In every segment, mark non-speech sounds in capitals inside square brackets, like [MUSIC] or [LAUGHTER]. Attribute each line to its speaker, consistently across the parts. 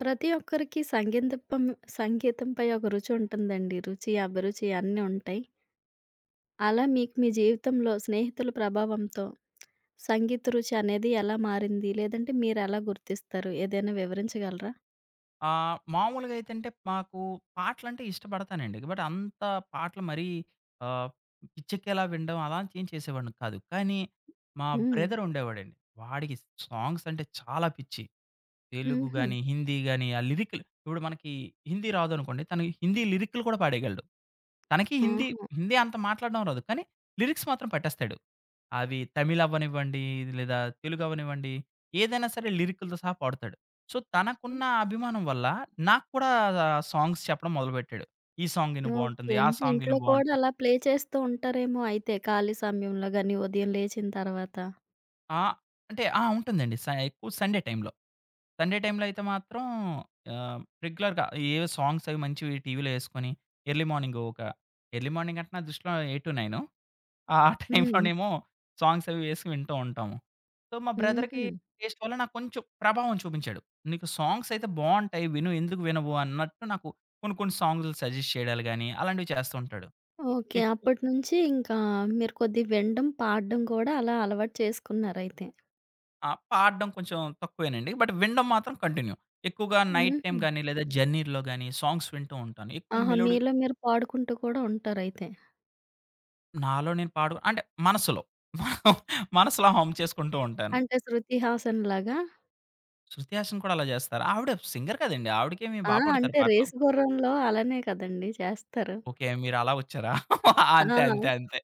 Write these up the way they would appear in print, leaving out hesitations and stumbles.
Speaker 1: ప్రతి ఒక్కరికి సంగీతంపై ఒక రుచి ఉంటుందండి. రుచి, అభిరుచి అన్నీ ఉంటాయి. అలా మీకు మీ జీవితంలో స్నేహితుల ప్రభావంతో సంగీత రుచి అనేది ఎలా మారింది? లేదంటే మీరెలా గుర్తిస్తారు? ఏదైనా వివరించగలరా?
Speaker 2: మామూలుగా అయితంటే మాకు పాటలంటే ఇష్టపడతానండి. బట్ అంత పాటలు మరీ ఆహ్, పిచ్చెక్కేలా వినడం అలాంటియేం చేసేవాడిని కాదు. కానీ మా
Speaker 1: హ్మ్.
Speaker 2: బ్రదర్ ఉండేవాడండి. వాడికి సాంగ్స్ అంటే చాలా పిచ్చి. తెలుగు
Speaker 1: హుహు.
Speaker 2: గాని, హిందీ గాని ఆ లిరిక్‌లు ఇప్పుడు మనకి హిందీ రాదనుకోండి. తను హిందీ లిరిక్‌లు కూడా పాడేయగలడు. తనకి హిందీ,
Speaker 1: ఆహా!
Speaker 2: హిందీ అంత మాట్లాడడం రాదు. కానీ లిరిక్స్ మాత్రం పట్టేస్తాడు. అవి తమిళ్ అవ్వనివ్వండి, లేదా తెలుగు అవ్వనివ్వండి, ఏదైనా సరే లిరికులతో సహా పాడుతాడు. సో, తనకున్న అభిమానం వల్ల నాకు కూడా సాంగ్స్ చెప్పడం మొదలుపెట్టాడు. ఈ సాంగ్ ఇను
Speaker 1: ఓకే.
Speaker 2: బావుంటుంది. ఆ
Speaker 1: అంటే
Speaker 2: సాంగ్ ఇను
Speaker 1: ఇంట్లో కూడా
Speaker 2: బావుంటుంది.
Speaker 1: అలా ప్లే చేస్తూ ఉంటారేమో అయితే ఖాళీ సమయంలో గాని, ఉదయం లేచిన తర్వాత.
Speaker 2: ఆ! అంటే ఆ! ఉంటుందండి. ఎక్కువ సండే టైమ్‌లో. సండే టైమ్‌లో అయితే మాత్రం రెగ్యులర్‌గా ఏవో సాంగ్స్ అవి మంచివి టీవీలో యేసుకొని ఎర్లీ మార్నింగ్ ఒక ఎర్లీ మార్నింగ్ అంటే నా దృష్టిలో 8-9 ఆ!
Speaker 1: హ్మ్.
Speaker 2: టైంలోనేమో సాంగ్స్ అవి వేసి వింటూ ఉంటాము. సో, మా బ్రదర్‌కి
Speaker 1: హుహు.
Speaker 2: టేస్ట్ వల్ల నాకు కొంచెం ప్రభావం చూపించాడు. "నీకు సాంగ్స్ అయితే బావుంటాయి విను, ఎందుకు వినవు?" అన్నట్టు నాకు కొన్ని కొన్ని సాంగ్లు సజెస్ట్ చేయడాలు గాని, అలాంటివి చేస్తూ ఉంటాడు.
Speaker 1: ఓకే.
Speaker 2: ఎక్కు
Speaker 1: అప్పటినుంచి ఇంకా మీరు కొద్దిగా వినడం, పాడడం కూడా అలా అలవాటు చేసుకున్నారయితే.
Speaker 2: ఆ! పాడడం కొంచెం తక్కువేనండి. బట్ వినడం మాత్రం కంటిన్యూ. ఎక్కువగా నైట్ టైమ్
Speaker 1: హుహు.
Speaker 2: గాని, లేదా జర్నీ‌లో గాని సాంగ్స్ వింటూ ఉంటాను. ఎక్కువ
Speaker 1: ఆహా!
Speaker 2: మెలోడీ.
Speaker 1: మీలో మీరు పాడుకుంటూ కూడా ఉంటారైతే.
Speaker 2: నాలో నేను పాడు అంటే మనసులో. మనసులో హమ్ చేసుకుంటూ ఉంటాను.
Speaker 1: అంటే శృతి హాసన్ లాగా?
Speaker 2: శృతి హాసన్ కూడా అలా చేస్తారు. ఆవిడ సింగర్ కదండీ! ఆవిడకేమి
Speaker 1: ఆ!
Speaker 2: బా పాడుతారు
Speaker 1: అంటే
Speaker 2: పాటలు.
Speaker 1: రేసు గుర్రంలో అలానే కదండీ చేస్తారు.
Speaker 2: ఓకే. మీరలా వచ్చారా? [LAUGHS]
Speaker 1: ఆ!
Speaker 2: అంతే. అంతే. అంతే.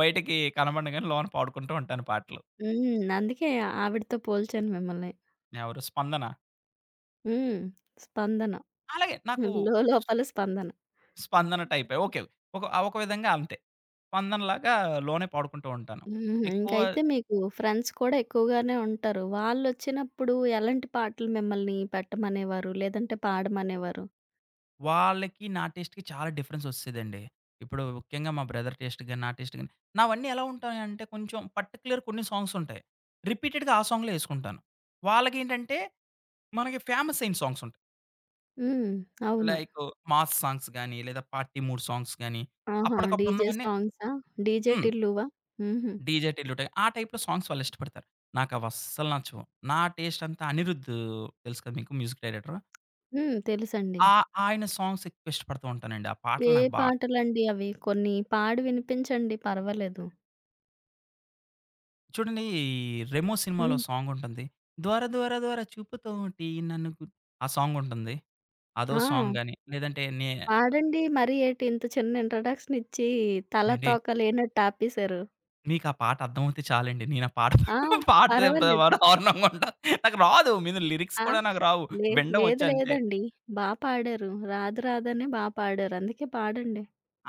Speaker 2: బయటికి కనబడను గాని లోన పాడుకుంటూ ఉంటాను పాటలు.
Speaker 1: హ్మ్. అందుకే ఆవిడతో పోల్చాను మిమ్మల్ని.
Speaker 2: ఎవరు 'స్పందన'.
Speaker 1: హ్మ్. 'స్పందన'
Speaker 2: అలాగే నాకు
Speaker 1: లోలోపల 'స్పందన.'
Speaker 2: 'స్పందన' టైపే. ఓకే. ఒక విధంగా అంతే. 'స్పందన'లాగా లోనే పాడుకుంటూ ఉంటాను.
Speaker 1: హుహు.
Speaker 2: ఎక్కువ
Speaker 1: ఇంకైతే మీకు ఫ్రెండ్స్ కూడా ఎక్కువగానే ఉంటారు. వాళ్ళొచ్చినప్పుడు ఎలాంటి పాటలు మిమ్మల్ని పెట్టమనేవారు? లేదంటే పాడమనేవారు?
Speaker 2: వాళ్ళకి నా టేస్ట్‌కి చాలా డిఫరెన్స్ ఒచ్చేదండి. ఇప్పుడు ముఖ్యంగా మా బ్రదర్ టేస్ట్ గాని, నా టేస్ట్ గాని నావన్నీ ఎలా ఉంటాయంటే కొంచెం పర్టిక్యులర్ కొన్ని సాంగ్స్ ఉంటాయి. రిపీటెడ్‌గా ఆ సాంగులే యేసుకుంటాను. వాళ్ళకేంటంటే మనకి ఫేమస్ అయిన సాంగ్స్ ఉంటాయి.
Speaker 1: హ్మ్. అవును.
Speaker 2: లైకు మాస్ సాంగ్స్ గాని, లేదా పార్టీ మూడ్ సాంగ్స్ గాని,
Speaker 1: ఆహా!
Speaker 2: అప్పటికప్పుడు
Speaker 1: డీజే
Speaker 2: ఉన్నవన్నీ.
Speaker 1: సాంగ్సా? డీజే
Speaker 2: హ్మ్.
Speaker 1: టిల్లువా? హుహు.
Speaker 2: డీజే టిల్లు‌టే ఆ టైప్‌లో సాంగ్స్ వాళ్ళిష్టపడతారు. నాకవస్సలు నచ్చవు. నా టేస్ట్ అంతా అనిరుద్, తెలుసు కదా మీకు మ్యూజిక్ డైరెక్టర్.
Speaker 1: హ్మ్. తెలుసండి.
Speaker 2: ఆ ఆయన సాంగ్స్ ఎక్కువ ఇష్టపడుతూ ఉంటానండి. ఆ పాటలు
Speaker 1: ఏ
Speaker 2: నాకు బా.
Speaker 1: పాటలండి అవి? కొన్ని పాడి వినిపించండి పర్వాలేదు.
Speaker 2: చూడండి ఈ 'రెమో' సినిమాలో
Speaker 1: హ్మ్.
Speaker 2: సాంగుంటుంది. 'దొర దొర దొర చూపుతోటి నన్ను గు' ఆ సాంగుంటుంది. అదో
Speaker 1: ఆ!
Speaker 2: సాంగ్ గాని, లేదంటే
Speaker 1: పాడండి. మరి ఏటి ఇంత చిన్న ఇంట్రడక్షన్ ఇచ్చి తల,
Speaker 2: ఏండి
Speaker 1: తోక లేనట్టు ఆపేశారు.
Speaker 2: మీకా పాట అర్థమవుతే చాలండి. నేనా పాట
Speaker 1: ఆ!
Speaker 2: [LAUGHS] పాట
Speaker 1: పర్వాలేదు.
Speaker 2: వాడు దారుణంగా ఉంటా. నాకు రాదు. మీద లిరిక్స్
Speaker 1: ఆ!
Speaker 2: కూడా నాకు రావు.
Speaker 1: లే
Speaker 2: వినడం
Speaker 1: లేదు
Speaker 2: వచ్చంతే.
Speaker 1: లేదండి. బా పాడారు. రాదు రాదనే బా పాడారు. అందుకే పాడండి.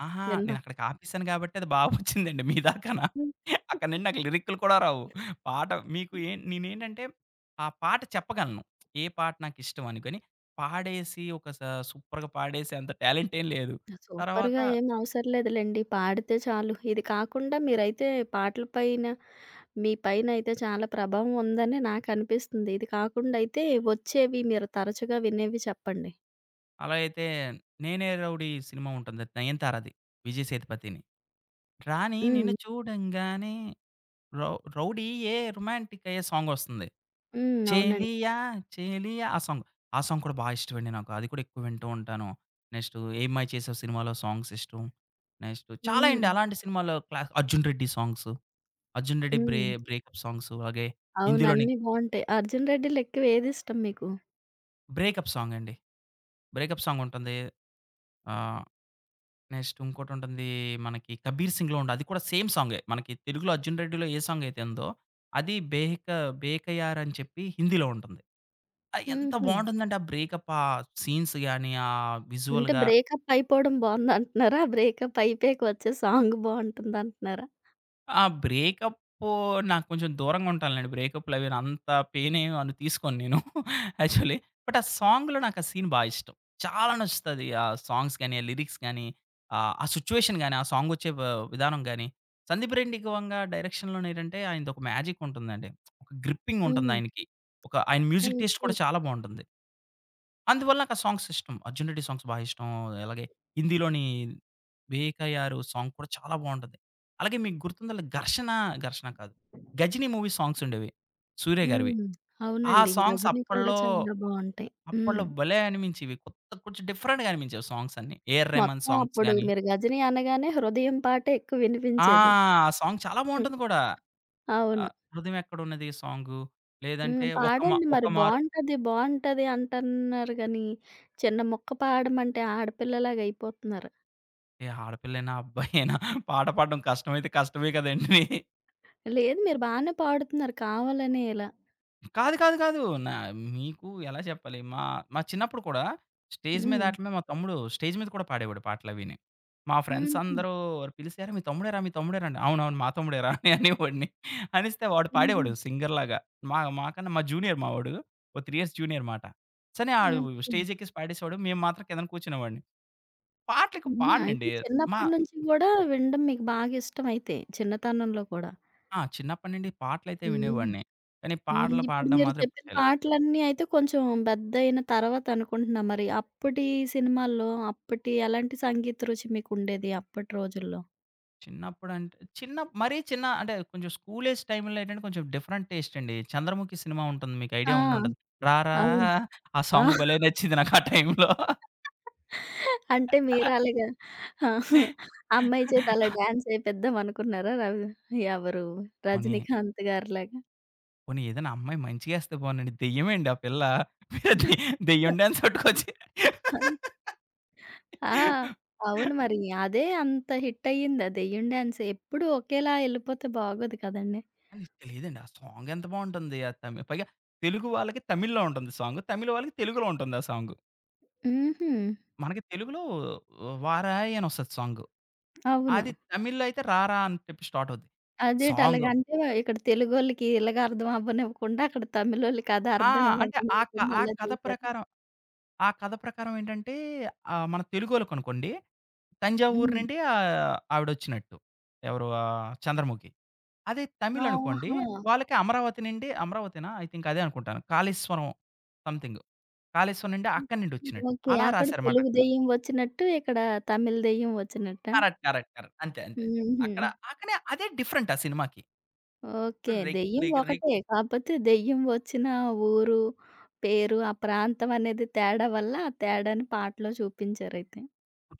Speaker 2: ఆహా!
Speaker 1: విందాం.
Speaker 2: నేనక్కడికి ఆపేసాను గాబట్టి అది బా వచ్చిందండి మీ దాకానా.
Speaker 1: ఉమ్.
Speaker 2: అక్కడి నుండి నాకు లిరిక్కులు కూడా రావు. పాట మీకు ఏ నేనేంటంటే ఆ పాట చెప్పగలను. ఏ పాట నాకిష్టం అని. కానీ పాడేసి ఒక స సూపర్‌గా పాడేసే అంత టాలెంట్ ఏం లేదు. తర్వాత
Speaker 1: సూపర్‌గా ఏం అవసరం లేదులెండి. పాడితే చాలు. ఇది కాకుండా మీరైతే పాటల పైన, మీ పైనయితే చాలా ప్రభావం ఉందని నాకనిపిస్తుంది. ఇది కాకుండా అయితే వచ్చేవి మీరు తరచుగా వినేవి చెప్పండి.
Speaker 2: అలా అయితే 'నేనే రౌడీ' సినిమా ఉంటుంది. 'నయనతారది' విజయ్ సేతుపతిని. రాణి నిన్ను
Speaker 1: హ్మ్.
Speaker 2: చూడంగానే రౌ 'రౌడీ ఏ రొమాంటిక్' అయ్యే సాంగొస్తుంది.
Speaker 1: హ్మ్. అవునండి.
Speaker 2: 'చెలియా చెలియా' ఆ సాంగ్. ఆ సాంగ్ కూడా బా ఇష్టమండి నాకు. అది కూడా ఎక్కువ వింటూ ఉంటాను. నెక్స్టు 'ఏమ్మాయి చేసావు' సినిమాలో సాంగ్స్ ఇష్టం. నెక్స్టు చాలా
Speaker 1: హ్మ్.
Speaker 2: అండి అలాంటి సినిమాలో 'అర్జున్ రెడ్డి' సాంగ్సు, 'అర్జున్ రెడ్డి'
Speaker 1: హ్మ్.
Speaker 2: బ్రేకప్ సాంగ్సు అలాగే
Speaker 1: అవును.
Speaker 2: ఇందులోని
Speaker 1: అన్నీ బావుంటాయి. 'అర్జున్ రెడ్డి'లో ఎక్కువ ఏదిష్టం మీకు?
Speaker 2: బ్రేకప్ సాంగ్ అండి. బ్రేకప్ సాంగ్ ఉంటుంది. ఆహ్, నెక్స్ట్ ఇంకోటుంటుంది. మనకి 'కబీర్ సింగ్‌లో' ఉండే అది కూడా సేమ్ సాంగే. మనకి తెలుగులో 'అర్జున్ రెడ్డి'లో ఏ సాంగ్ అయితే ఉందో అది 'బేకయార్' అని చెప్పి హిందీలో ఉంటుంది. ఆ! ఎంత
Speaker 1: హుహు.
Speaker 2: బావుంటుందంటే ఆ బ్రేకప్ ఆ సీన్స్ గాని, ఆ
Speaker 1: అంటే
Speaker 2: విజువల్‌గా.
Speaker 1: బ్రేకప్ అయిపోవడం బావుందంటున్నారా? బ్రేకప్ అయిపోయాక వచ్చే సాంగ్ బావుంటుందంటున్నారా?
Speaker 2: ఆ బ్రేకప్ నాకు కొంచెం దూరంగా ఉంటానులెండి. బ్రేకప్‌లు అవి అంత పెయిన్ ఏమి అను తీసుకోను నేను [LAUGHS] యాక్చువల్లీ. బట్ ఆ సాంగ్‌లో నాకు ఆ సీన్ బా ఇష్టం. చాలా నచ్చుతది. ఆ సాంగ్స్ గాని, ఆ లిరిక్స్ గాని, ఆ సిట్యుయేషన్ గాని, ఆ సాంగ్ వచ్చే విధానం గాని. సందీప్ రెడ్డి గోంగా డైరెక్షన్‌లోనే ఏంటంటే ఆయనది ఒక మ్యాజిక్ ఉంటుందండి. ఒక గ్రిప్పింగ్ ఉంటుంది
Speaker 1: హ్మ్.
Speaker 2: ఆయనకి. ఒక ఆయన మ్యూజిక్ టేస్ట్
Speaker 1: ఓకే.
Speaker 2: కూడా చాలా బావుంటుంది. అందువల్ల నాకు ఆ సాంగ్స్ ఇష్టం. 'అర్జున్ రెడ్డి' సాంగ్స్ బా ఇష్టం. అలాగే హిందీలోని 'బేఖయారు' సాంగ్ కూడా చాలా బావుంటది. అలాగే మీకు గుర్తుందా 'ఘర్షణ', 'ఘర్షణ' కాదు, 'గజినీ' మూవీ సాంగ్స్ ఉండేవి. సూర్య గారివి.
Speaker 1: హ్మ్.
Speaker 2: ఆ
Speaker 1: అవునండి.
Speaker 2: సాంగ్స్
Speaker 1: 'గజని' కూడా
Speaker 2: అప్పట్లో,
Speaker 1: చాలా బావుంటాయి.
Speaker 2: అప్పట్లో
Speaker 1: హ్మ్.
Speaker 2: భలే అనిపించేవి. కొత్త కొంచెం డిఫరెంట్‌గా అనిపించేవి సాంగ్స్ అన్నీ. 'ఏఆర్ రెహమాన్'
Speaker 1: మొత్తం
Speaker 2: సాంగ్స్
Speaker 1: అప్పుడు
Speaker 2: గాని.
Speaker 1: మీరు గజని అనగానే హృదయం పాటే ఎక్కువ
Speaker 2: ఆ!
Speaker 1: వినిపించేది.
Speaker 2: ఆ సాంగ్ చాలా
Speaker 1: హ్మ్.
Speaker 2: బావుంటుంది కూడా.
Speaker 1: అవును.
Speaker 2: 'హృదయం ఎక్కడున్నది' సాంగు, లేదంటే
Speaker 1: హ్మ్.
Speaker 2: 'ఒక మా
Speaker 1: పాడండి
Speaker 2: ఒక
Speaker 1: మరి
Speaker 2: మారు'.
Speaker 1: బావుంటది, బావుంటది అంటన్నారు గానీ, చిన్న ముక్క పాడమంటే ఆడపిల్లలాగా అయిపోతున్నారు.
Speaker 2: ఏ ఆడపిల్లైనా, అబ్బాయైనా పాట పాడడం కష్టమైతే కష్టమే కదండీ!
Speaker 1: లేదు మీరు బానే పాడుతున్నారు కావాలనే ఇలా.
Speaker 2: కాదు. కాదు. కాదు. నా మీకు ఎలా చెప్పాలి? మా మా చిన్నప్పుడు కూడా స్టేజ్ మీద
Speaker 1: హ్మ్.
Speaker 2: ఆటిల మీద మా తమ్ముడు స్టేజ్ మీద కూడా పాడేవాడు పాటలవిని. మా ఫ్రెండ్స్
Speaker 1: హుహు.
Speaker 2: అందరూ పిలిసి, "అరె! మీ తమ్ముడేరా? మీ తమ్ముడేరా?" అంటే, "అవునవును. మా తమ్ముడేరా" అని అనేవాడిని. అనిస్తే వాడు
Speaker 1: హుహు.
Speaker 2: పాడేవాడు సింగర్‌లాగా. మాకన్నా మా జూనియర్ మా వాడు. ఓ 3 ఇయర్స్ జూనియర్ మాట. సరే ఆడు
Speaker 1: ఓకే.
Speaker 2: స్టేజ్ ఎక్కేసి పాడేసేవాడు. మేము మాత్రం కిందన కూర్చునేవాడిని. పాటలెక్కువ
Speaker 1: హ్మ్. అయితే
Speaker 2: పాడనండి. మా
Speaker 1: చిన్నప్పటి నుంచి గూడా వినడం మీకు బాగా ఇష్టమైతే చిన్నతనంలో కూడా.
Speaker 2: ఆ! చిన్నప్పటి నుండి పాటలైతే
Speaker 1: హ్మ్.
Speaker 2: వినేవాడిని. కానీ
Speaker 1: హ్మ్.
Speaker 2: పాటలు
Speaker 1: ఇప్పుడు
Speaker 2: పాడడం
Speaker 1: మీరు
Speaker 2: మాత్రం ఎప్పుడు
Speaker 1: చెప్పిన
Speaker 2: చేయలేదు.
Speaker 1: పాటలన్నీ అయితే కొంచెం పెద్దయిన తర్వాత అనుకుంటున్నా. మరి అప్పటి సినిమాల్లో, అప్పటి ఎలాంటి సంగీత రుచి మీకుండేది అప్పటి రోజుల్లో?
Speaker 2: చిన్నప్పుడంటే చిన్న మరీ చిన్న అంటే కొంచెం స్కూల్ ఏజ్ టైమ్‌లో ఏంటంటే కొంచెం డిఫరెంట్ టేస్ట్ అండి. 'చంద్రముఖి' సినిమా ఉంటుంది. మీకు ఐడియా
Speaker 1: ఆ!
Speaker 2: ఉండుంటది. 'రారా'
Speaker 1: అవును.
Speaker 2: ఆ
Speaker 1: ఆ!
Speaker 2: సాంగ్ భలే నచ్చింది నాకు ఆ టైమ్‌లో.
Speaker 1: అంటే మీరు అలాగా అమ్మాయి చేత అలా డాన్స్ ఏపిద్దాం అనుకున్నారా? ఎవరు
Speaker 2: పోనీ,
Speaker 1: 'రజనీకాంత్' గారిలాగా?
Speaker 2: పోనీ ఏదైనా అమ్మాయి మంచిగా ఏస్తే పోనీండి. దెయ్యమండి ఆ పిల్ల. మీరు దెయ్యం డాన్స్ పట్టుకొచ్చి.
Speaker 1: ఆ! అవును మరి. అదే అంత హిట్ అయ్యింది. ఆ దెయ్యం డాన్స్ ఎప్పుడు ఒకేలా ఎళ్ళిపోతే బాగోదు కదండీ!
Speaker 2: కానీ లేదండి. ఆ సాంగ్ ఎంత బావుంటుంది. ఆ పైగా తెలుగు వాళ్ళకి తమిళ్‌లో ఉంటుంది సాంగ్. తమిళ్ వాళ్ళకి తెలుగులో ఉంటుంది ఆ సాంగ్.
Speaker 1: హుహు.
Speaker 2: మనకి తెలుగులో 'వారాయ్' అని వస్తది సాంగ్.
Speaker 1: అవును.
Speaker 2: అది తమిళ్‌లో అయితే 'రారా' అని చెప్పి స్టార్ట్ అవుద్ది.
Speaker 1: అదేటి
Speaker 2: సాంగు
Speaker 1: అలాగంటే ఇక్కడ తెలుగోళ్ళకి ఇలాగ అర్థం అవ్వనివ్వకుండా అక్కడ తమిళోళ్ళకి అది
Speaker 2: ఆ!
Speaker 1: అర్థం
Speaker 2: అంటే
Speaker 1: అవ్వనివ్వకుండా
Speaker 2: ఆ
Speaker 1: అలా
Speaker 2: కథ
Speaker 1: తీశారు.
Speaker 2: ప్రకారం ఏంటంటే మన తెలుగోళ్ళకనుకోండి, తంజావూరు
Speaker 1: హ్మ్.
Speaker 2: నుండి ఆవిడొచ్చినట్టు. ఎవరు 'చంద్రముఖి'. అదే తమిళ్ అనుకోండి,
Speaker 1: ఆహా!
Speaker 2: వాళ్ళకి అమరావతి నుండి, అమరావతేనా? ఐ థింక్ అదే అనుకుంటాను. కాళేశ్వరం సంథింగ్. కాళేశ్వరం నుండి అక్కడి నుండి వచ్చినట్టు.
Speaker 1: ఓకే.
Speaker 2: అలా
Speaker 1: అక్కడ
Speaker 2: రాశారమాట ఆ
Speaker 1: తెలుగు
Speaker 2: కథ.
Speaker 1: దెయ్యం వచ్చినట్టు, ఇక్కడ తమిళ్ దెయ్యం వచ్చినట్టా?
Speaker 2: కరెక్ట్. కరెక్ట్. కరెక్ట్. అంతే. అంతే.
Speaker 1: హుహు.
Speaker 2: అక్కడ ఆ! కానీ అదే డిఫరెంట్ ఆ సినిమాకి.
Speaker 1: ఓకే.
Speaker 2: ఇప్పుడు రెగ్
Speaker 1: దెయ్యం
Speaker 2: లైక్ రె
Speaker 1: ఒకటే. కాపోతే దెయ్యం వచ్చిన ఊరు, పేరు, ఆ ప్రాంతం అనేది తేడా వల్ల, ఆ తేడాని పాటలో చూపించారైతే.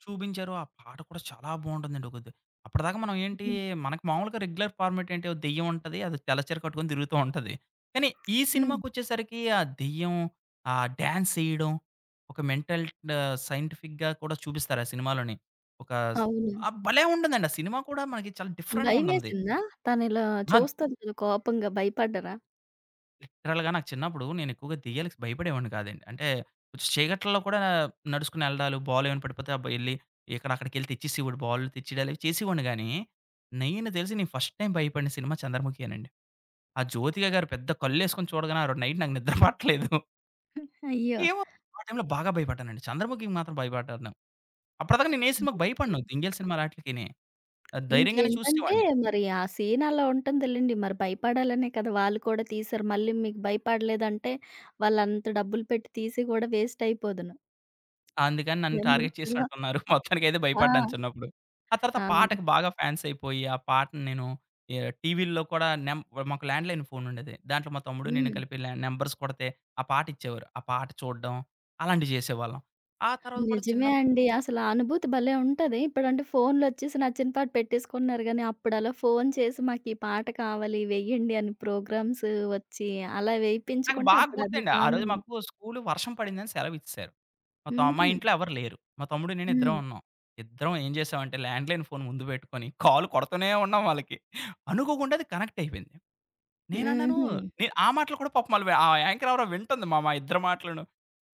Speaker 2: చూపించారు. ఆ పాట కూడా చాలా బావుంటుందండి. ఒకది అప్పటిదాకా మనం ఏంటి,
Speaker 1: హ్మ్.
Speaker 2: మనకు మామూలుగా రెగ్యులర్ ఫార్మాట్ ఏంటి, ఓ దెయ్యం ఉంటది. అది తెల్ల చీర కట్టుకొని తిరుగుతూ ఉంటది. కానీ ఈ
Speaker 1: హ్మ్.
Speaker 2: సినిమాకొచ్చేసరికి ఆ దెయ్యం, ఆ డాన్స్ ఎయడం, ఒక మెంటల్ సైంటిఫిక్‌గా కూడా చూపిస్తారు ఆ సినిమాలోని. ఒక స్
Speaker 1: అవును.
Speaker 2: ఆ భలే! ఉంటుందండి. ఆ సినిమా కూడా మనకి చాలా డిఫరెంట్‌గా ఉంటుంది.
Speaker 1: భయమేసిందా? తనిలా
Speaker 2: నా
Speaker 1: చూస్తది కదా! కోపంగా భయపడ్డరా?
Speaker 2: లిటరల్‌గా నాకు చిన్నప్పుడు నేను ఎక్కువగా దెయ్యాలకి భయపడేవాడిని కాదండి. అంటే కొంచెం చీకట్లలో కూడా నడుచుకొని ఎళ్ళడాలు, బాల్ ఏమైనా పడిపోతే అబ్బా! ఎళ్లి ఇక్కడ అక్కడికెళ్లి తెచ్చేసేవాడు. బాల్ తెచ్చియడాలు ఇవి చేసేవాడిని గానీ, నేను తెలిసి నేను ఫస్ట్ టైమ్ భయపడిన సినిమా 'చంద్రముఖి' అనండి. ఆ జ్యోతిక గారు పెద్ద కళ్ళేసుకొని చూడగానే ఆ నైట్ నాకు నిద్ర పట్టలేదు.
Speaker 1: అయ్యో!
Speaker 2: ఏమో ఆ టైంలో బాగా భయపడ్డానండి. 'చంద్రముఖికి' మాత్రం భయపడ్డాను. అప్పటిదాకా నేను ఏ సినిమాకి
Speaker 1: ఓకే.
Speaker 2: భయపడను. దెంగేల్ సినిమాలు ఆటిలికిని. ధైర్యంగానే
Speaker 1: ఇంకేంటంటే
Speaker 2: చూసేసేవాడిని.
Speaker 1: మరి ఆ సీన్ అలా ఉంటుందిలెండి. మరి భయపడాలనే కదా! వాళ్ళు కూడా తీశారు. మళ్ళీ మీకు భయపడలేదంటే వాళ్ళంత డబ్బులు పెట్టి తీసి గూడా వేస్ట్ అయిపోదును.
Speaker 2: అందుకని నన్ను
Speaker 1: మిమ్మల్ని
Speaker 2: టార్గెట్
Speaker 1: కూడా
Speaker 2: చేసినట్టున్నారు. [LAUGHS] మొత్తానికైతే
Speaker 1: ఆ!
Speaker 2: భయపడ్డాను చిన్నప్పుడు. ఆ తర్వాత
Speaker 1: ఆ!
Speaker 2: పాటకి బాగా ఫాన్స్ అయిపోయి, ఆ పాటని నేను ఎ టీవీల్లో కూడా మాకు ల్యాండ్‌లైన్ ఫోన్ ఉండేది. దాంట్లో మా తమ్ముడు, నేను
Speaker 1: హ్మ్.
Speaker 2: కలిపి నంబర్స్ కొడితే ఆ పాట ఇచ్చేవారు. ఆ పాట చూడడం అలాంటివి చేసేవాళ్ళం. ఆ తర్వాత కూడా
Speaker 1: నిజమే అండి. అసల ఆ అనుభూతి భలే ఉంటది. ఇప్పుడంటే ఫోన్‌లొచ్చేసి నచ్చిన పాట పెట్టేసుకుంటున్నారు గానీ, అప్పుడలా ఫోను చేసి మాకీ పాట కావాలి వెయ్యండి అని ప్రోగ్రామ్స్ వచ్చి అలా
Speaker 2: నాకు
Speaker 1: వేయించుకుంటే
Speaker 2: బాగా గుర్తండి.
Speaker 1: అప్పుడదొక
Speaker 2: ఆ రోజు
Speaker 1: ఆనందం.
Speaker 2: మాకు స్కూలు వర్షం పడిందని సెలవు ఇచ్చేశారు. మా
Speaker 1: హుహు.
Speaker 2: ఇంట్లో ఎవరు లేరు. మా తమ్ముడు, నేను ఇద్దరం
Speaker 1: హ్మ్.
Speaker 2: ఉన్నాం. ఇద్దరం ఏం చేసామంటే ల్యాండ్‌లైన్ ఫోన్ ముందు పెట్టుకొని కాల్ కొడుతూనే ఉన్నాం వాళ్ళకి. అనుకోకుండా అది కనెక్ట్ అయిపోయింది. నేనన్నాను.
Speaker 1: హుహు.
Speaker 2: ఆ మాటలు కూడా పాపం ఆళ్ళు ఆ యాంకర్ ఎవరో వింటుంది మా మా ఇద్దరి మాటలును.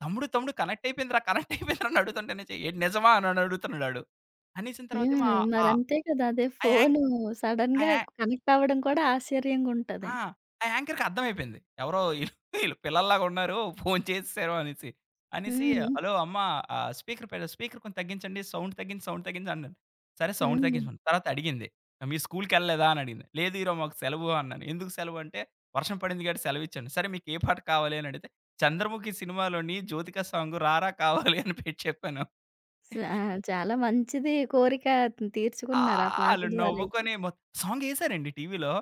Speaker 2: "తమ్ముడు, తమ్ముడు కనెక్ట్ అయిపోయిందిరా, కనెక్ట్ అయిపోయిందిరా" అని అడుగుతుంటే నుంచి, "ఏంటి నిజమా?" అని అడుగుతున్నాడాడు. అనేసిన తర్వాతేమో
Speaker 1: హ్మ్.
Speaker 2: ఆహ్, ఆహ్,
Speaker 1: మరంతే కదా! అదే
Speaker 2: ఆ యాంక్
Speaker 1: ఫోను
Speaker 2: ఆ
Speaker 1: సడెన్‌గా
Speaker 2: యా
Speaker 1: కనెక్ట్ అవ్వడం కూడా ఆశ్చర్యంగుంటది.
Speaker 2: ఆ! ఆ యాంకర్‌కి అర్థమైపోయింది. ఎవరో ఈళ్ళు ఈళ్ళు పిల్లల్లాగా ఉన్నారు. ఫోను చేసేసారు అనేసి. అనేసి,
Speaker 1: హ్మ్.
Speaker 2: "హలో అమ్మ స్పీకర్ కొంచెం తగ్గించండి. సౌండ్ తగ్గించి, సౌండ్ తగ్గించండి" అన్నాను. సరే సౌండ్
Speaker 1: హ్మ్.
Speaker 2: తగ్గించమన్నాను. తర్వాత అడిగింది. "మీరు స్కూలుకెళ్ళలేదా?" అని అడిగింది. "లేదు ఈరోజు మాకు సెలవు" అన్నాను. "ఎందుకు సెలవు?" అంటే, "వర్షం పడింది కాబట్టి సెలవిచ్చాను." "సరే మీకు ఏ పాట కావాలి?" అని అడిగితే చంద్రముఖి సినిమాలోని 'జ్యోతిక' సాంగ్ "రారా కావాలి" అని పెట్టి చెప్పాను.
Speaker 1: ఆ! చాలా మంచిది కోరిక
Speaker 2: ఆ!
Speaker 1: తీర్చుకున్నారు ఆ పాట
Speaker 2: ఆళ్ళు
Speaker 1: ద్వారా అయితే.
Speaker 2: నవ్వుకొని సాంగేశారండి టీవీలో.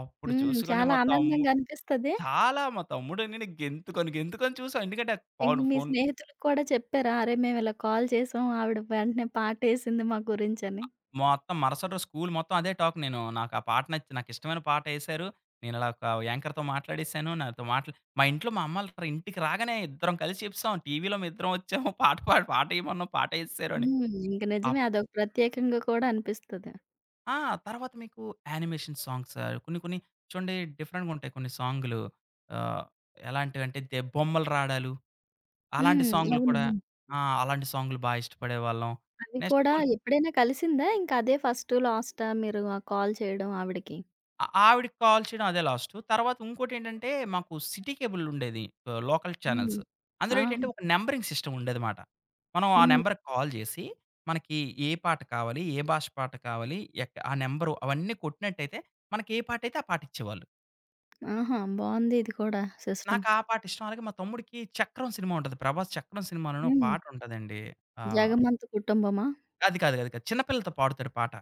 Speaker 2: అప్పుడు
Speaker 1: హ్మ్.
Speaker 2: చూసుకొని
Speaker 1: చాలా
Speaker 2: మా తమ్ము
Speaker 1: ఆనందంగా అనిపిస్తది.
Speaker 2: చాలా మా తమ్ముడిని నేను గెంతుకొని, గెంతుకొని చూసాం. ఎందుకంటే
Speaker 1: ఇంక
Speaker 2: ఫోను
Speaker 1: మీ
Speaker 2: ఫోను
Speaker 1: స్నేహితులకు కూడా చెప్పారా? అరే! మేమిలా కాల్ చేసాం. ఆవిడ వెంటనే పాటేసింది మా గురించని.
Speaker 2: మొత్తం మరుసటి రోజు స్కూల్ మొత్తం అదే టాక్ నేను. నాకు ఆ పాట నచ్చి నాకిష్టమైన పాట ఎసారు. నేను అలా ఒక యాంకర్‌తో మాట్లాడేసాను. నాతో మాట్లా మా ఇంట్లో మా అమ్మలు ఇంటికి రాగానే ఇద్దరం కలిసి చెప్పేసాం. టీవీలో మేమిద్దరం వచ్చాము. [LAUGHS] పాట ఎయమన్నాం పాట ఎసేసారు అని.
Speaker 1: హ్మ్. ఇంక నిజమే
Speaker 2: అప్
Speaker 1: అదొక ప్రత్యేకంగా కూడా అనిపిస్తది.
Speaker 2: ఆ! తర్వాత మీకు యానిమేషన్ సాంగ్స్ కొన్ని కొన్ని చూడండి డిఫరెంట్‌గుంటాయి కొన్ని సాంగులు. ఆహ్, ఎలాంటివంటే బొమ్మలు రాడాలు అలాంటి
Speaker 1: హ్మ్.
Speaker 2: సాంగులు కూడా
Speaker 1: అవును.
Speaker 2: ఆ! అలాంటి సాంగులు బా ఇష్టపడేవాళ్ళం.
Speaker 1: అది
Speaker 2: నెక్స్ట్
Speaker 1: కూడా
Speaker 2: కొన్ని
Speaker 1: ఎప్పుడైనా కలిసిందా? ఇంక అదే ఫస్టు, లాస్టా మీరు ఆ కాల్ చేయడం ఆవిడకి?
Speaker 2: ఆ! ఆవిడకి కాల్ చేయడం అదే లాస్టు. తర్వాత ఇంకోటేంటంటే, మాకు సిటీ కేబుల్ ఉండేది. లోకల్
Speaker 1: హ్మ్.
Speaker 2: ఛానెల్స్. అందులో ఏంటంటే,
Speaker 1: ఆహా!
Speaker 2: ఒక నంబరింగ్ సిస్టమ్ ఉండేదమాట. మనం ఆ
Speaker 1: హ్మ్.
Speaker 2: నంబర్‌కి కాల్ చేసి, మనకి ఏ పాట కావాలి, ఏ భాష పాట కావాలి, ఆ నంబరు అవన్నీ కొట్టినట్టయితే, మనకి ఏ పాటైతే ఆ పాటిచ్చేవాళ్ళు.
Speaker 1: ఆహా! బావుంది ఇది కూడా సిస్టమ్.
Speaker 2: నాకు ఆ పాట ఇష్టం. అలాగే మా తమ్ముడికి 'చక్రం' సినిమా ఉంటది. 'ప్రభాస్ చక్రం' సినిమాలోనే ఒక
Speaker 1: హ్మ్.
Speaker 2: పాట ఉంటదండి. ఆహ్,
Speaker 1: జగమంత కుటుంబమా?
Speaker 2: అది కాదు. చిన్న పిల్లలతో పాడుతాడు పాట.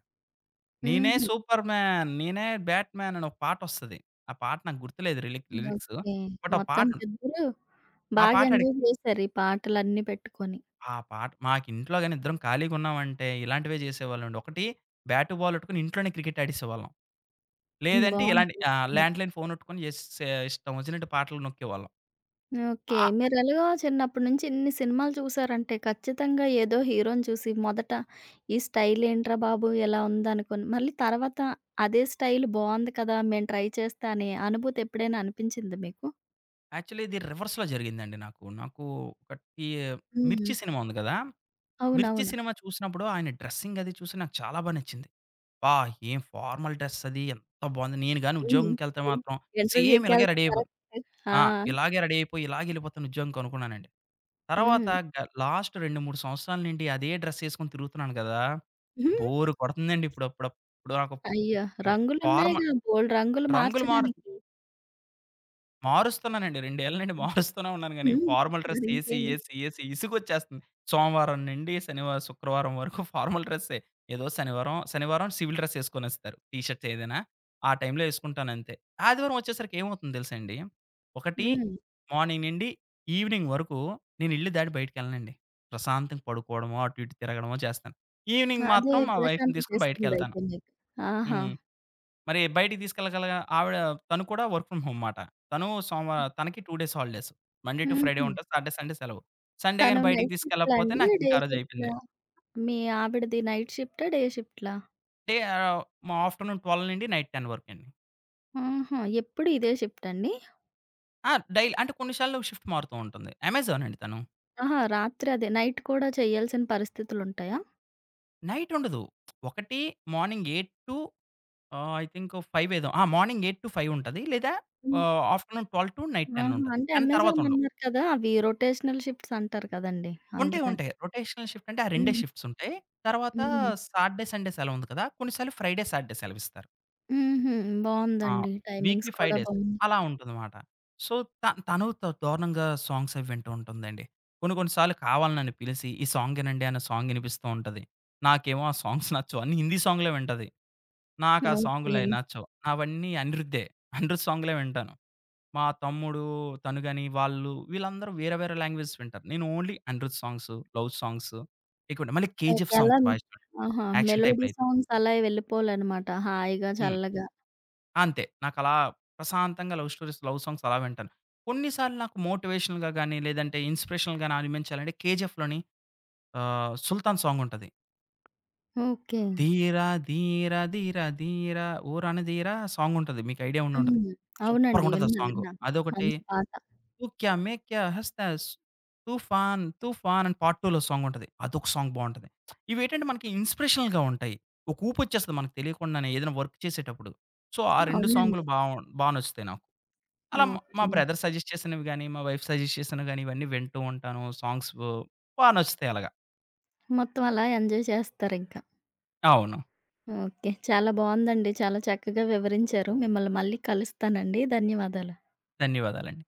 Speaker 2: నేనే
Speaker 1: హుహు.
Speaker 2: Superman. నేనే బ్యాట్ మ్యాన్ అని ఒక పాటొస్తది. ఆ పాట నాకు గుర్తులేదు లిరిక్స్.
Speaker 1: ఓకే.
Speaker 2: బట్ ఆ పాట ఉంది.
Speaker 1: మొత్తానికిద్దరూ
Speaker 2: ఆ
Speaker 1: బాగా
Speaker 2: పాట
Speaker 1: ఎంజాయ్
Speaker 2: అడిక్ట్.
Speaker 1: చేశారు ఈ పాటలన్నీ పెట్టుకొని.
Speaker 2: ఆ పాట మాకింట్లో గాని ఇద్దరం ఖాళీగున్నామంటే ఇలాంటివే జేసేవాళ్ళమండి. ఒకటి బ్యాటు, బాల్ ఎట్టుకొని ఇంట్లోనే క్రికెట్ ఆడేసేవాళ్ళం. లేదంటే ఇలాంటి
Speaker 1: బావుంది.
Speaker 2: ల్యాండ్‌లైన్ ఫోనెట్టుకొని జేసే ఇష్టం ఒచ్చినట్టు పాటలు నొక్కేవాళ్ళం.
Speaker 1: ఓకే.
Speaker 2: ఆ!
Speaker 1: మీరెలాగో చిన్నప్పటి నుంచి ఇన్ని సినిమాలు చూసారంటే, ఖచ్చితంగా ఏదో హీరోని చూసి మొదట ఈ స్టైల్ ఏంట్రా బాబు! ఇలా ఉందనుకోని, మళ్ళీ తర్వాత అదే స్టైల్ బావుంది కదా! మేము ట్రై చేస్తా అనే అనుభూతి ఎప్పుడైనా అనిపించిందా మీకు?
Speaker 2: యాక్చువల్లీ ఇది రివర్స్‌లో జరిగిందండి నాకు. నాకు ఒకటి
Speaker 1: హ్మ్.
Speaker 2: 'మిర్చి' సినిమా ఉంది గదా! 'మిర్చి'
Speaker 1: అవునవును.
Speaker 2: సినిమా చూసినప్పుడు ఆయన డ్రెస్సింగ్ అది చూసి నాకు చాలా బా నచ్చింది. అబ్బా! ఏం ఫార్మల్ డ్రెస్ అది ఎంత బావుంది. నేను గాని
Speaker 1: హ్మ్.
Speaker 2: ఉద్యోగంకెళ్తే
Speaker 1: ఇన్
Speaker 2: మాత్రం సేమ్ ఇలాగే
Speaker 1: ఇంటర్వ్యూకెళ్తే
Speaker 2: రెడీ అయిపోదు.
Speaker 1: కరెక్ట్ ఆ!
Speaker 2: ఆ! ఇలాగే రెడీ అయిపోయి ఇలాగెళ్ళిపోతాను ఉద్యోగంకి అనుకున్నానండి. తర్వాత
Speaker 1: హ్మ్.
Speaker 2: గ లాస్ట్ 2, 3 సంవత్సరాల నుండి అదే డ్రెస్ ఏసుకొని తిరుగుతున్నాను గదా! బోర్ కొడుతుందండి ఇప్పుడప్పుడప్పుడు నాకు.
Speaker 1: అయ్యో!
Speaker 2: ఫార్మ
Speaker 1: రంగులున్నాయిగా బోలెడు రంగులు
Speaker 2: రంగులు మారు
Speaker 1: మార్చడానికి.
Speaker 2: మారుస్తున్నానండి. 2 ఏళ్ల నుండి మారుస్తూనే ఉన్నాను గానీ,
Speaker 1: హ్మ్.
Speaker 2: ఫార్మల్ డ్రెస్
Speaker 1: మరింకేమి.
Speaker 2: ఏసి ఇసుగొచ్చేస్తుంది. సోమవారం నుండి శనివారం, శుక్రవారం వరకు ఫార్మల్ డ్రెస్సే. ఏదో శనివారం సివిల్ డ్రెస్ ఏసుకొనేస్తారు. టీ షర్ట్స్ ఏదైనా. ఆ టైంలో ఏసుకుంటానంతే. ఆదివారం వచ్చేసరికి ఏమవుతుందో తెలుసా అండి? ఒకటి
Speaker 1: హ్మ్.
Speaker 2: మార్నింగ్ నుండి ఈవినింగ్ వరకు నేను ఇల్లు దాటి బయటికెళ్ళనండి. ప్రశాంతంగా పడుకోవడమో, అటు ఇటు తిరగడమో చేస్తాను. ఈవినింగ్
Speaker 1: అదే
Speaker 2: మాత్రం మా వైఫ్‌ని తీసుకొని బయటికెళ్తాను.
Speaker 1: ప్రశాంతతిస్తుందయితే మీకు. ఆహా!
Speaker 2: హ్మ్. మరి బయటికి తీసుకెళ్ళగల ఆవిడ, తను కూడా వర్క్ ఫ్రమ్ హోమ్ మాట. తను సోమవా తనకి 2 days holidays. Monday to Friday
Speaker 1: హుహు.
Speaker 2: ఉంటది. సాటర్‌డే, సండే సెలవు. సండే
Speaker 1: తను
Speaker 2: గాని బయటికి
Speaker 1: నైట్ షిఫ్ట్‌లా
Speaker 2: తీసుకెళ్ళకపోతే
Speaker 1: అండి? డే
Speaker 2: నాకింక ఆ రోజు అయిపోయింది.
Speaker 1: షిఫ్ట్‌లా? మీ ఆవిడది నైట్ షిఫ్టా? డే షిఫ్ట్‌లా?
Speaker 2: డే మా ఆఫ్టర్‌నూన్ 12 నుండి నైట్ 10 వరకండి.
Speaker 1: ఆహా! ఎప్పుడు ఇదే షిఫ్ట్ అండి?
Speaker 2: ఆ! డైలీ అంటే కొన్నిసార్లు షిఫ్ట్ మారుతూ ఉంటుంది. అమెజాన్ అండి తను.
Speaker 1: ఆహా! రాత్రి అదే నైట్ కూడా చేయాల్సిన పరిస్థితులుంటాయా?
Speaker 2: నైట్ ఉండదు. ఒకటి మార్నింగ్ 8 టు ఐ థింక్ 5 ఏదో ఆ! మార్నింగ్ 8-5 ఉంటది. లేదా
Speaker 1: హ్మ్.
Speaker 2: ఆఫ్టర్‌నూన్ 12-నైట్ 10
Speaker 1: ఆహా!
Speaker 2: ఉంటది.
Speaker 1: అంటే
Speaker 2: 10 తర్వాత
Speaker 1: అమెజాన్
Speaker 2: ఉండదు.
Speaker 1: అన్నారు కదా! అవి రొటేషనల్ షిఫ్ట్స్ అంటారు కదండీ!
Speaker 2: ఉంటాయి.
Speaker 1: అందుకని.
Speaker 2: ఉంటాయి. రొటేషనల్ షిఫ్ట్ అంటే ఆ 2
Speaker 1: హ్మ్.
Speaker 2: షిఫ్ట్స్ ఉంటాయి. తర్వాత
Speaker 1: హ్మ్.
Speaker 2: సాటర్‌డే, సండే సెలవుంది కదా! కొన్నిసార్లు ఫ్రైడే, సాటర్‌డే సెలవిస్తారు.
Speaker 1: హుహు.
Speaker 2: ఆ!
Speaker 1: బావుందండి. టైమింగ్స్
Speaker 2: వీక్‌లీ 5
Speaker 1: కూడా
Speaker 2: డేస్
Speaker 1: బావున్నాయి.
Speaker 2: అలా ఉంటుందమాట. సో, త తను త దారుణంగా సాంగ్స్ అవి వింటూ ఉంటుందండి. కొన్ని కొన్ని సార్లు కావాలని నన్ను పిలిసి, "ఈ సాంగ్ ఇనండి" అన్న సాంగ్ ఇనిపిస్తూ ఉంటది. నాకేమో ఆ సాంగ్స్ నచ్చవు. అన్ని హిందీ సాంగ్‌లే వింటది. నాకు ఆ
Speaker 1: ఓకే.
Speaker 2: సాంగ్‌లయి నచ్చవు. అవన్నీ అనిరుద్దే. అనిరుద్ సాంగ్‌లే వింటాను. మా తమ్ముడు, తను గాని వాళ్ళు వీళ్ళందరూ వేరే, వేరే లాంగ్వేజెస్ వింటారు. నేను only Anirudh songs, love songs ఎక్కువింటా. మళ్ళీ
Speaker 1: ఓకే.
Speaker 2: 'కేజీఎఫ్'
Speaker 1: అలా
Speaker 2: సాంగ్స్ బా ఇష్టమండి.
Speaker 1: ఆహా!
Speaker 2: Action
Speaker 1: melody
Speaker 2: టైప్‌లయితే.
Speaker 1: సాంగ్స్ అలా వెళ్ళిపోవాలన్నమాట హాయిగా,
Speaker 2: హ్మ్.
Speaker 1: చల్లగా.
Speaker 2: అంతే. నాకలా ప్రశాంతంగా లవ్ స్టోరీస్, లవ్ సాంగ్స్ అలా వింటాను. కొన్ని సార్లు నాకు మోటివేషనల్‌గా గాని, లేదంటే ఇన్స్‌పిరేషనల్‌గా అనిపించాలంటే 'కేజీఎఫ్‌లోని' 'సుల్తాన్' సాంగుంటది.
Speaker 1: ఓకే.
Speaker 2: 'ధీర ధీర ధీర ధీర ఊరన ధీర' సాంగ్ ఉంటది. మీకు ఐడియా ఉండి ఉంటది.
Speaker 1: హ్మ్.
Speaker 2: సూపర్‌గా
Speaker 1: అవునండి.
Speaker 2: ఉంటది ఆ
Speaker 1: విన్నా,
Speaker 2: సాంగ్.
Speaker 1: విన్నా.
Speaker 2: అదొకటి
Speaker 1: మంచి పాట.
Speaker 2: 'తూ క్యా మే క్యా హస్తా స్ తూఫాన్ తూఫాన్' అని పార్ట్ 2లో సాంగ్ ఉంటది. అదొక సాంగ్ బావుంటది. ఇవేంటంటే మనకి ఇన్స్‌పిరేషనల్‌గా ఉంటాయి. ఒక ఊపొచ్చేస్తది మనకు తెలియకుండానే ఏదైనా వర్క్ చేసేటప్పుడు. సో, ఆ 2
Speaker 1: అవునండి.
Speaker 2: సాంగ్‌లు బా బా నచ్చుతాయి నాకు. అలా మా
Speaker 1: ఓకే.
Speaker 2: బ్రదర్ సజెస్ట్ చేసినవి గాని, మా వైఫ్ సజెస్ట్ చేసినవి గాని ఇవన్నీ వింటూ ఉంటాను. సాంగ్స్ బా నచ్చుతాయి అలాగా.
Speaker 1: మొత్తం అలా ఎంజాయ్ చేస్తారింక.
Speaker 2: అవును.
Speaker 1: ఓకే. చాలా బావుందండి. చాలా చక్కగా వివరించారు. మిమ్మల్ని మళ్ళీ కలుస్తానండి. ధన్యవాదాలు.
Speaker 2: ధన్యవాదాలండి.